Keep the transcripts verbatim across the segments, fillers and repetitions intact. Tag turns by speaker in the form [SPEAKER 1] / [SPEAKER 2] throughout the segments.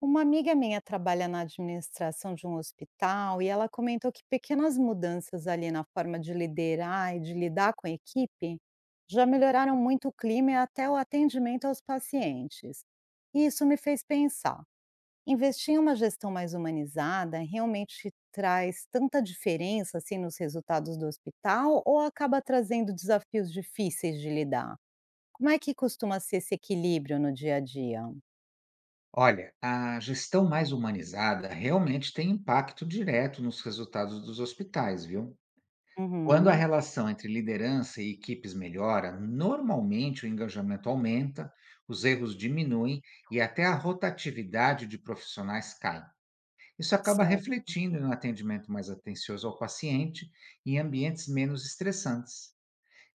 [SPEAKER 1] Uma amiga minha trabalha na administração de um hospital e ela comentou que pequenas mudanças ali na forma de liderar e de lidar com a equipe já melhoraram muito o clima e até o atendimento aos pacientes. E isso me fez pensar: investir em uma gestão mais humanizada realmente traz tanta diferença assim nos resultados do hospital ou acaba trazendo desafios difíceis de lidar? Como é que costuma ser esse equilíbrio no dia a dia?
[SPEAKER 2] Olha, a gestão mais humanizada realmente tem impacto direto nos resultados dos hospitais, viu? Quando a
[SPEAKER 1] Uhum,
[SPEAKER 2] relação entre liderança e equipes melhora, normalmente o engajamento aumenta, os erros diminuem e até a rotatividade de profissionais cai. Isso acaba
[SPEAKER 1] certo.
[SPEAKER 2] refletindo em um atendimento mais atencioso ao paciente e em ambientes menos estressantes.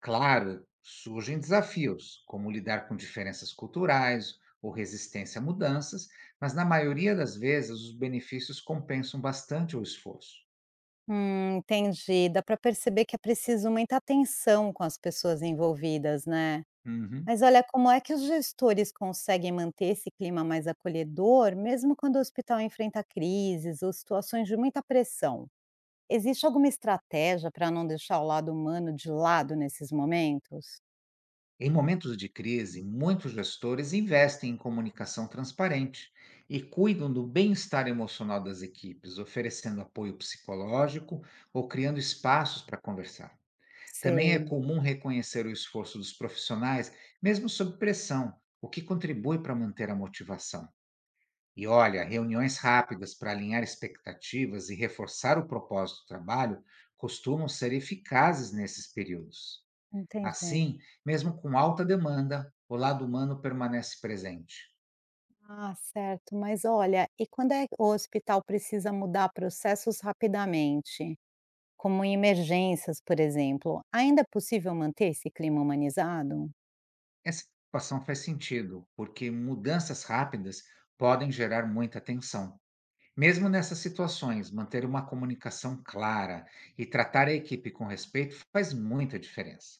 [SPEAKER 2] Claro, surgem desafios, como lidar com diferenças culturais ou resistência a mudanças, mas na maioria das vezes os benefícios compensam bastante o esforço.
[SPEAKER 1] Hum, entendi. Dá para perceber que é preciso muita atenção com as pessoas envolvidas, né?
[SPEAKER 2] Uhum.
[SPEAKER 1] Mas olha, como é que os gestores conseguem manter esse clima mais acolhedor, mesmo quando o hospital enfrenta crises ou situações de muita pressão? Existe alguma estratégia para não deixar o lado humano de lado nesses momentos?
[SPEAKER 2] Em momentos de crise, muitos gestores investem em comunicação transparente e cuidam do bem-estar emocional das equipes, oferecendo apoio psicológico ou criando espaços para conversar. Também é
[SPEAKER 1] Sei,
[SPEAKER 2] comum reconhecer o esforço dos profissionais, mesmo sob pressão, o que contribui para manter a motivação. E olha, reuniões rápidas para alinhar expectativas e reforçar o propósito do trabalho costumam ser eficazes nesses períodos.
[SPEAKER 1] entendi.
[SPEAKER 2] Assim, mesmo com alta demanda, o lado humano permanece presente.
[SPEAKER 1] Ah, certo. Mas olha, e quando é- o hospital precisa mudar processos rapidamente? Como em emergências, por exemplo, ainda é possível manter esse clima humanizado?
[SPEAKER 2] Essa preocupação faz sentido, porque mudanças rápidas podem gerar muita tensão. Mesmo nessas situações, manter uma comunicação clara e tratar a equipe com respeito faz muita diferença.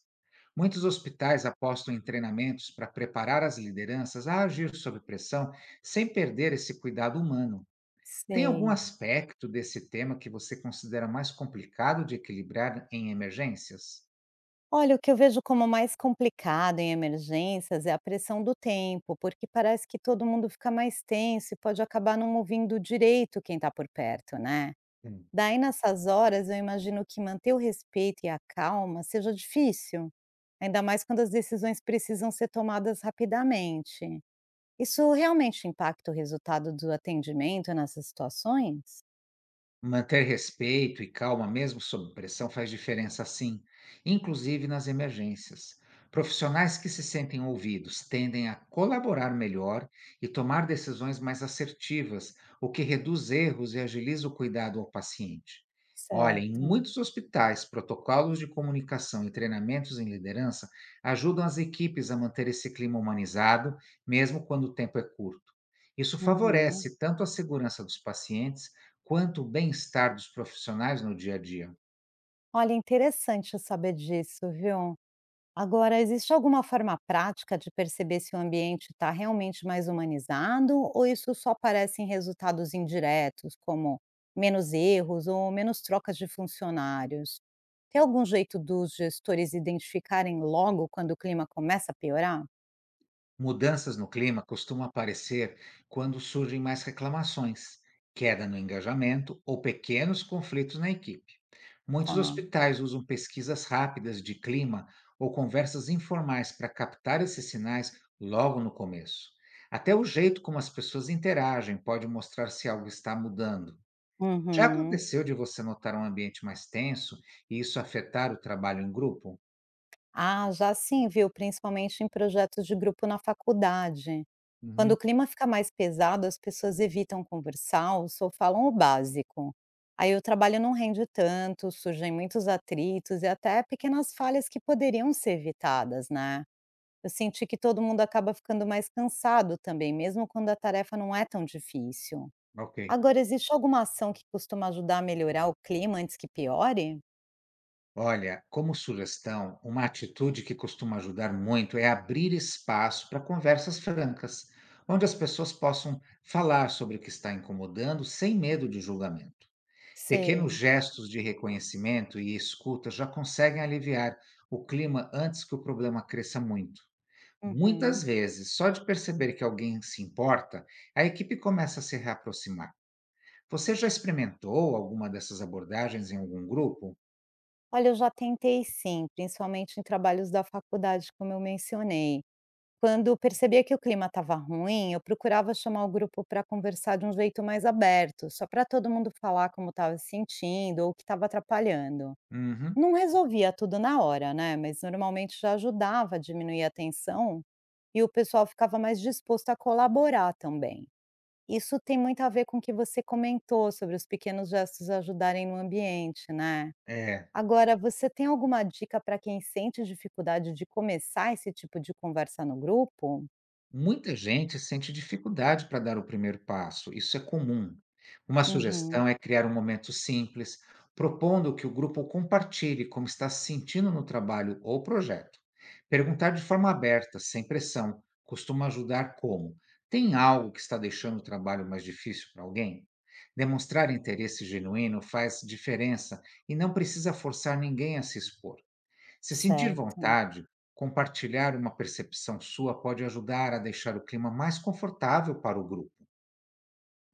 [SPEAKER 2] Muitos hospitais apostam em treinamentos para preparar as lideranças a agir sob pressão sem perder esse cuidado humano. Tem algum
[SPEAKER 1] Sei.
[SPEAKER 2] aspecto desse tema que você considera mais complicado de equilibrar em emergências?
[SPEAKER 1] Olha, o que eu vejo como mais complicado em emergências é a pressão do tempo, porque parece que todo mundo fica mais tenso e pode acabar não ouvindo direito quem está por perto, né? Daí, nessas horas, eu imagino que manter o respeito e a calma seja difícil, ainda mais quando as decisões precisam ser tomadas rapidamente. Isso realmente impacta o resultado do atendimento nessas situações?
[SPEAKER 2] Manter respeito e calma, mesmo sob pressão, faz diferença sim, inclusive nas emergências. Profissionais que se sentem ouvidos tendem a colaborar melhor e tomar decisões mais assertivas, o que reduz erros e agiliza o cuidado ao paciente. Olha, em
[SPEAKER 1] Certo.
[SPEAKER 2] muitos hospitais, protocolos de comunicação e treinamentos em liderança ajudam as equipes a manter esse clima humanizado, mesmo quando o tempo é curto. Isso
[SPEAKER 1] Uhum.
[SPEAKER 2] favorece tanto a segurança dos pacientes quanto o bem-estar dos profissionais no dia a dia.
[SPEAKER 1] Olha, interessante saber disso, viu. Agora, existe alguma forma prática de perceber se o ambiente está realmente mais humanizado ou isso só aparece em resultados indiretos, como menos erros ou menos trocas de funcionários? Tem algum jeito dos gestores identificarem logo quando o clima começa a piorar?
[SPEAKER 2] Mudanças no clima costumam aparecer quando surgem mais reclamações, queda no engajamento ou pequenos conflitos na equipe. Muitos
[SPEAKER 1] Tá.
[SPEAKER 2] hospitais usam pesquisas rápidas de clima ou conversas informais para captar esses sinais logo no começo. Até o jeito como as pessoas interagem pode mostrar se algo está mudando. Já
[SPEAKER 1] Uhum.
[SPEAKER 2] aconteceu de você notar um ambiente mais tenso e isso afetar o trabalho em grupo?
[SPEAKER 1] Ah, já sim, viu? Principalmente em projetos de grupo na faculdade. Quando o
[SPEAKER 2] Uhum,
[SPEAKER 1] clima fica mais pesado, as pessoas evitam conversar ou só falam o básico. Aí o trabalho não rende tanto, surgem muitos atritos e até pequenas falhas que poderiam ser evitadas, né? Eu senti que todo mundo acaba ficando mais cansado também, mesmo quando a tarefa não é tão difícil.
[SPEAKER 2] ok.
[SPEAKER 1] Agora, existe alguma ação que costuma ajudar a melhorar o clima antes que piore?
[SPEAKER 2] Olha, como sugestão, uma atitude que costuma ajudar muito é abrir espaço para conversas francas, onde as pessoas possam falar sobre o que está incomodando sem medo de julgamento. Pequenos
[SPEAKER 1] Sei.
[SPEAKER 2] gestos de reconhecimento e escuta já conseguem aliviar o clima antes que o problema cresça muito. Muitas
[SPEAKER 1] Uhum.
[SPEAKER 2] vezes, só de perceber que alguém se importa, a equipe começa a se reaproximar. Você já experimentou alguma dessas abordagens em algum grupo?
[SPEAKER 1] Olha, eu já tentei sim, principalmente em trabalhos da faculdade, como eu mencionei. Quando percebia que o clima estava ruim, eu procurava chamar o grupo para conversar de um jeito mais aberto, só para todo mundo falar como estava se sentindo ou o que estava atrapalhando.
[SPEAKER 2] Uhum,
[SPEAKER 1] Não resolvia tudo na hora, né? Mas normalmente já ajudava a diminuir a tensão e o pessoal ficava mais disposto a colaborar também. Isso tem muito a ver com o que você comentou sobre os pequenos gestos ajudarem no ambiente, né?
[SPEAKER 2] é.
[SPEAKER 1] Agora, você tem alguma dica para quem sente dificuldade de começar esse tipo de conversa no grupo?
[SPEAKER 2] Muita gente sente dificuldade para dar o primeiro passo, isso é comum. Uma
[SPEAKER 1] Uhum.
[SPEAKER 2] sugestão é criar um momento simples, propondo que o grupo compartilhe como está se sentindo no trabalho ou projeto. Perguntar de forma aberta, sem pressão, costuma ajudar como? Tem algo que está deixando o trabalho mais difícil para alguém? Demonstrar interesse genuíno faz diferença e não precisa forçar ninguém a se expor. Se sentir
[SPEAKER 1] Certo.
[SPEAKER 2] vontade, compartilhar uma percepção sua pode ajudar a deixar o clima mais confortável para o grupo.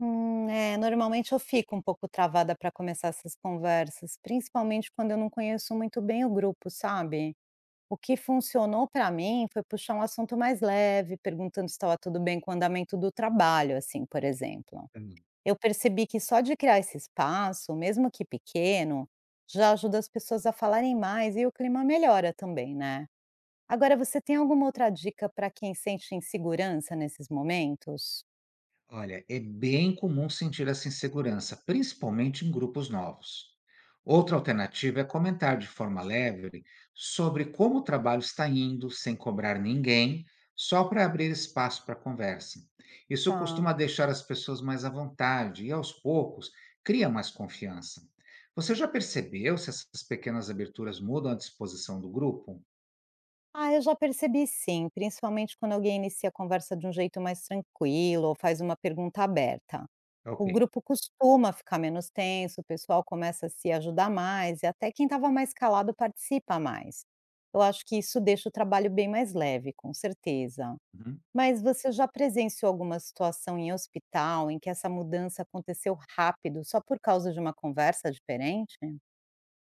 [SPEAKER 1] Hum, é, normalmente eu fico um pouco travada para começar essas conversas, principalmente quando eu não conheço muito bem o grupo, sabe? O que funcionou para mim foi puxar um assunto mais leve, perguntando se estava tudo bem com o andamento do trabalho, assim, por exemplo. Eu percebi que só de criar esse espaço, mesmo que pequeno, já ajuda as pessoas a falarem mais e o clima melhora também, né? Agora, você tem alguma outra dica para quem sente insegurança nesses momentos?
[SPEAKER 2] Olha, é bem comum sentir essa insegurança, principalmente em grupos novos. Outra alternativa é comentar de forma leve sobre como o trabalho está indo, sem cobrar ninguém, só para abrir espaço para conversa. Isso
[SPEAKER 1] Tá.
[SPEAKER 2] costuma deixar as pessoas mais à vontade e, aos poucos, cria mais confiança. Você já percebeu se essas pequenas aberturas mudam a disposição do grupo?
[SPEAKER 1] Ah, eu já percebi sim, principalmente quando alguém inicia a conversa de um jeito mais tranquilo ou faz uma pergunta aberta. O
[SPEAKER 2] Ok.
[SPEAKER 1] grupo costuma ficar menos tenso, o pessoal começa a se ajudar mais e até quem estava mais calado participa mais. Eu acho que isso deixa o trabalho bem mais leve, com certeza.
[SPEAKER 2] Uhum.
[SPEAKER 1] Mas você já presenciou alguma situação em hospital em que essa mudança aconteceu rápido só por causa de uma conversa diferente?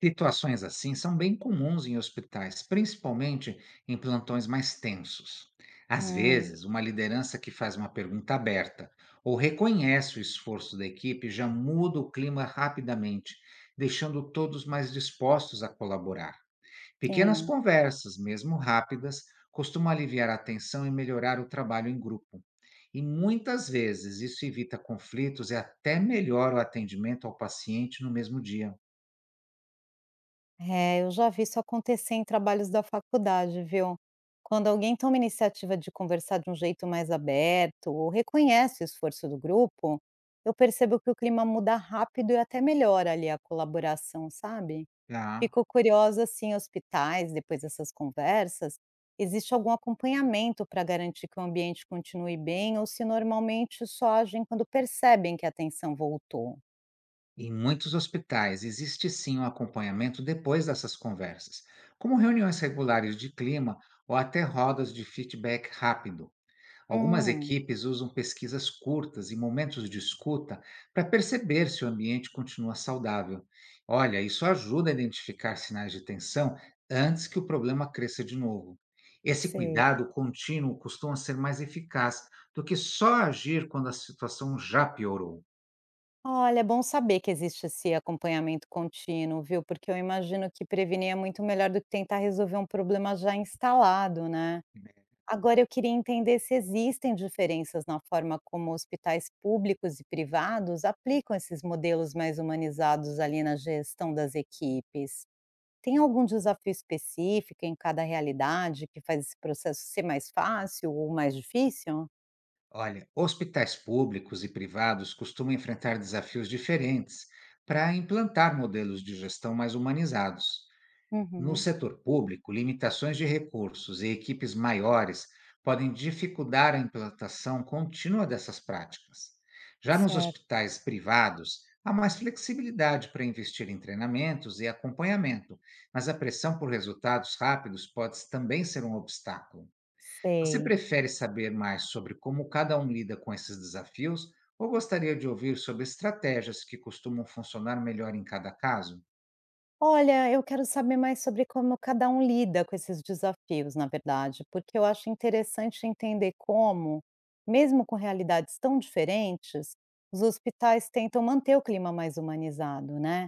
[SPEAKER 2] Situações assim são bem comuns em hospitais, principalmente em plantões mais tensos. Às
[SPEAKER 1] Hum,
[SPEAKER 2] vezes, uma liderança que faz uma pergunta aberta ou reconhece o esforço da equipe já muda o clima rapidamente, deixando todos mais dispostos a colaborar. Pequenas
[SPEAKER 1] sim.
[SPEAKER 2] conversas, mesmo rápidas, costumam aliviar a tensão e melhorar o trabalho em grupo. E muitas vezes isso evita conflitos e até melhora o atendimento ao paciente no mesmo dia.
[SPEAKER 1] É, eu já vi isso acontecer em trabalhos da faculdade, viu? Quando alguém toma iniciativa de conversar de um jeito mais aberto ou reconhece o esforço do grupo, eu percebo que o clima muda rápido e até melhora ali a colaboração, sabe?
[SPEAKER 2] Tá?
[SPEAKER 1] Fico curiosa se em hospitais, depois dessas conversas, existe algum acompanhamento para garantir que o ambiente continue bem ou se normalmente só agem quando percebem que a atenção voltou.
[SPEAKER 2] Em muitos hospitais existe sim um acompanhamento depois dessas conversas, como reuniões regulares de clima ou até rodas de feedback rápido. Algumas
[SPEAKER 1] Hum,
[SPEAKER 2] equipes usam pesquisas curtas e momentos de escuta para perceber se o ambiente continua saudável. Olha, isso ajuda a identificar sinais de tensão antes que o problema cresça de novo. Esse
[SPEAKER 1] sei.
[SPEAKER 2] cuidado contínuo costuma ser mais eficaz do que só agir quando a situação já piorou.
[SPEAKER 1] Olha, é bom saber que existe esse acompanhamento contínuo, viu? Porque eu imagino que prevenir é muito melhor do que tentar resolver um problema já instalado, né? Agora, eu queria entender se existem diferenças na forma como hospitais públicos e privados aplicam esses modelos mais humanizados ali na gestão das equipes. Tem algum desafio específico em cada realidade que faz esse processo ser mais fácil ou mais difícil?
[SPEAKER 2] Olha, hospitais públicos e privados costumam enfrentar desafios diferentes para implantar modelos de gestão mais humanizados. No
[SPEAKER 1] Uhum,
[SPEAKER 2] setor público, limitações de recursos e equipes maiores podem dificultar a implantação contínua dessas práticas. Já nos
[SPEAKER 1] certo.
[SPEAKER 2] hospitais privados, há mais flexibilidade para investir em treinamentos e acompanhamento, mas a pressão por resultados rápidos pode também ser um obstáculo. Você
[SPEAKER 1] Sei.
[SPEAKER 2] prefere saber mais sobre como cada um lida com esses desafios ou gostaria de ouvir sobre estratégias que costumam funcionar melhor em cada caso?
[SPEAKER 1] Olha, eu quero saber mais sobre como cada um lida com esses desafios, na verdade, porque eu acho interessante entender como, mesmo com realidades tão diferentes, os hospitais tentam manter o clima mais humanizado, né?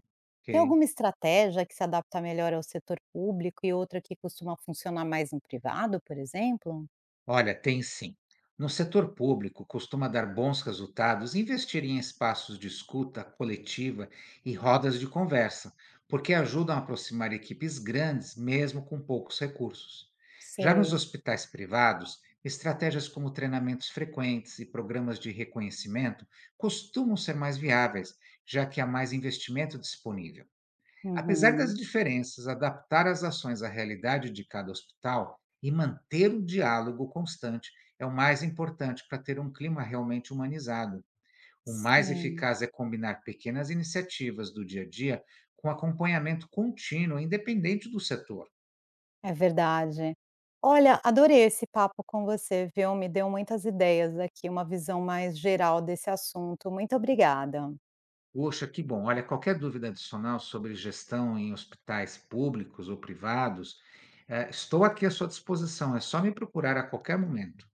[SPEAKER 1] Tem
[SPEAKER 2] Ok.
[SPEAKER 1] alguma estratégia que se adapta melhor ao setor público e outra que costuma funcionar mais no privado, por exemplo?
[SPEAKER 2] Olha, tem sim. No setor público, costuma dar bons resultados investir em espaços de escuta coletiva e rodas de conversa, porque ajudam a aproximar equipes grandes, mesmo com poucos recursos. Já nos
[SPEAKER 1] Sei.
[SPEAKER 2] hospitais privados, estratégias como treinamentos frequentes e programas de reconhecimento costumam ser mais viáveis, já que há mais investimento disponível. Apesar
[SPEAKER 1] Uhum.
[SPEAKER 2] das diferenças, adaptar as ações à realidade de cada hospital e manter o diálogo constante é o mais importante para ter um clima realmente humanizado. O mais
[SPEAKER 1] Sim.
[SPEAKER 2] eficaz é combinar pequenas iniciativas do dia a dia com acompanhamento contínuo, independente do setor.
[SPEAKER 1] É verdade. Olha, adorei esse papo com você, viu? Me deu muitas ideias aqui, uma visão mais geral desse assunto. Muito obrigada.
[SPEAKER 2] Poxa, que bom. Olha, qualquer dúvida adicional sobre gestão em hospitais públicos ou privados, eh, estou aqui à sua disposição. É só me procurar a qualquer momento.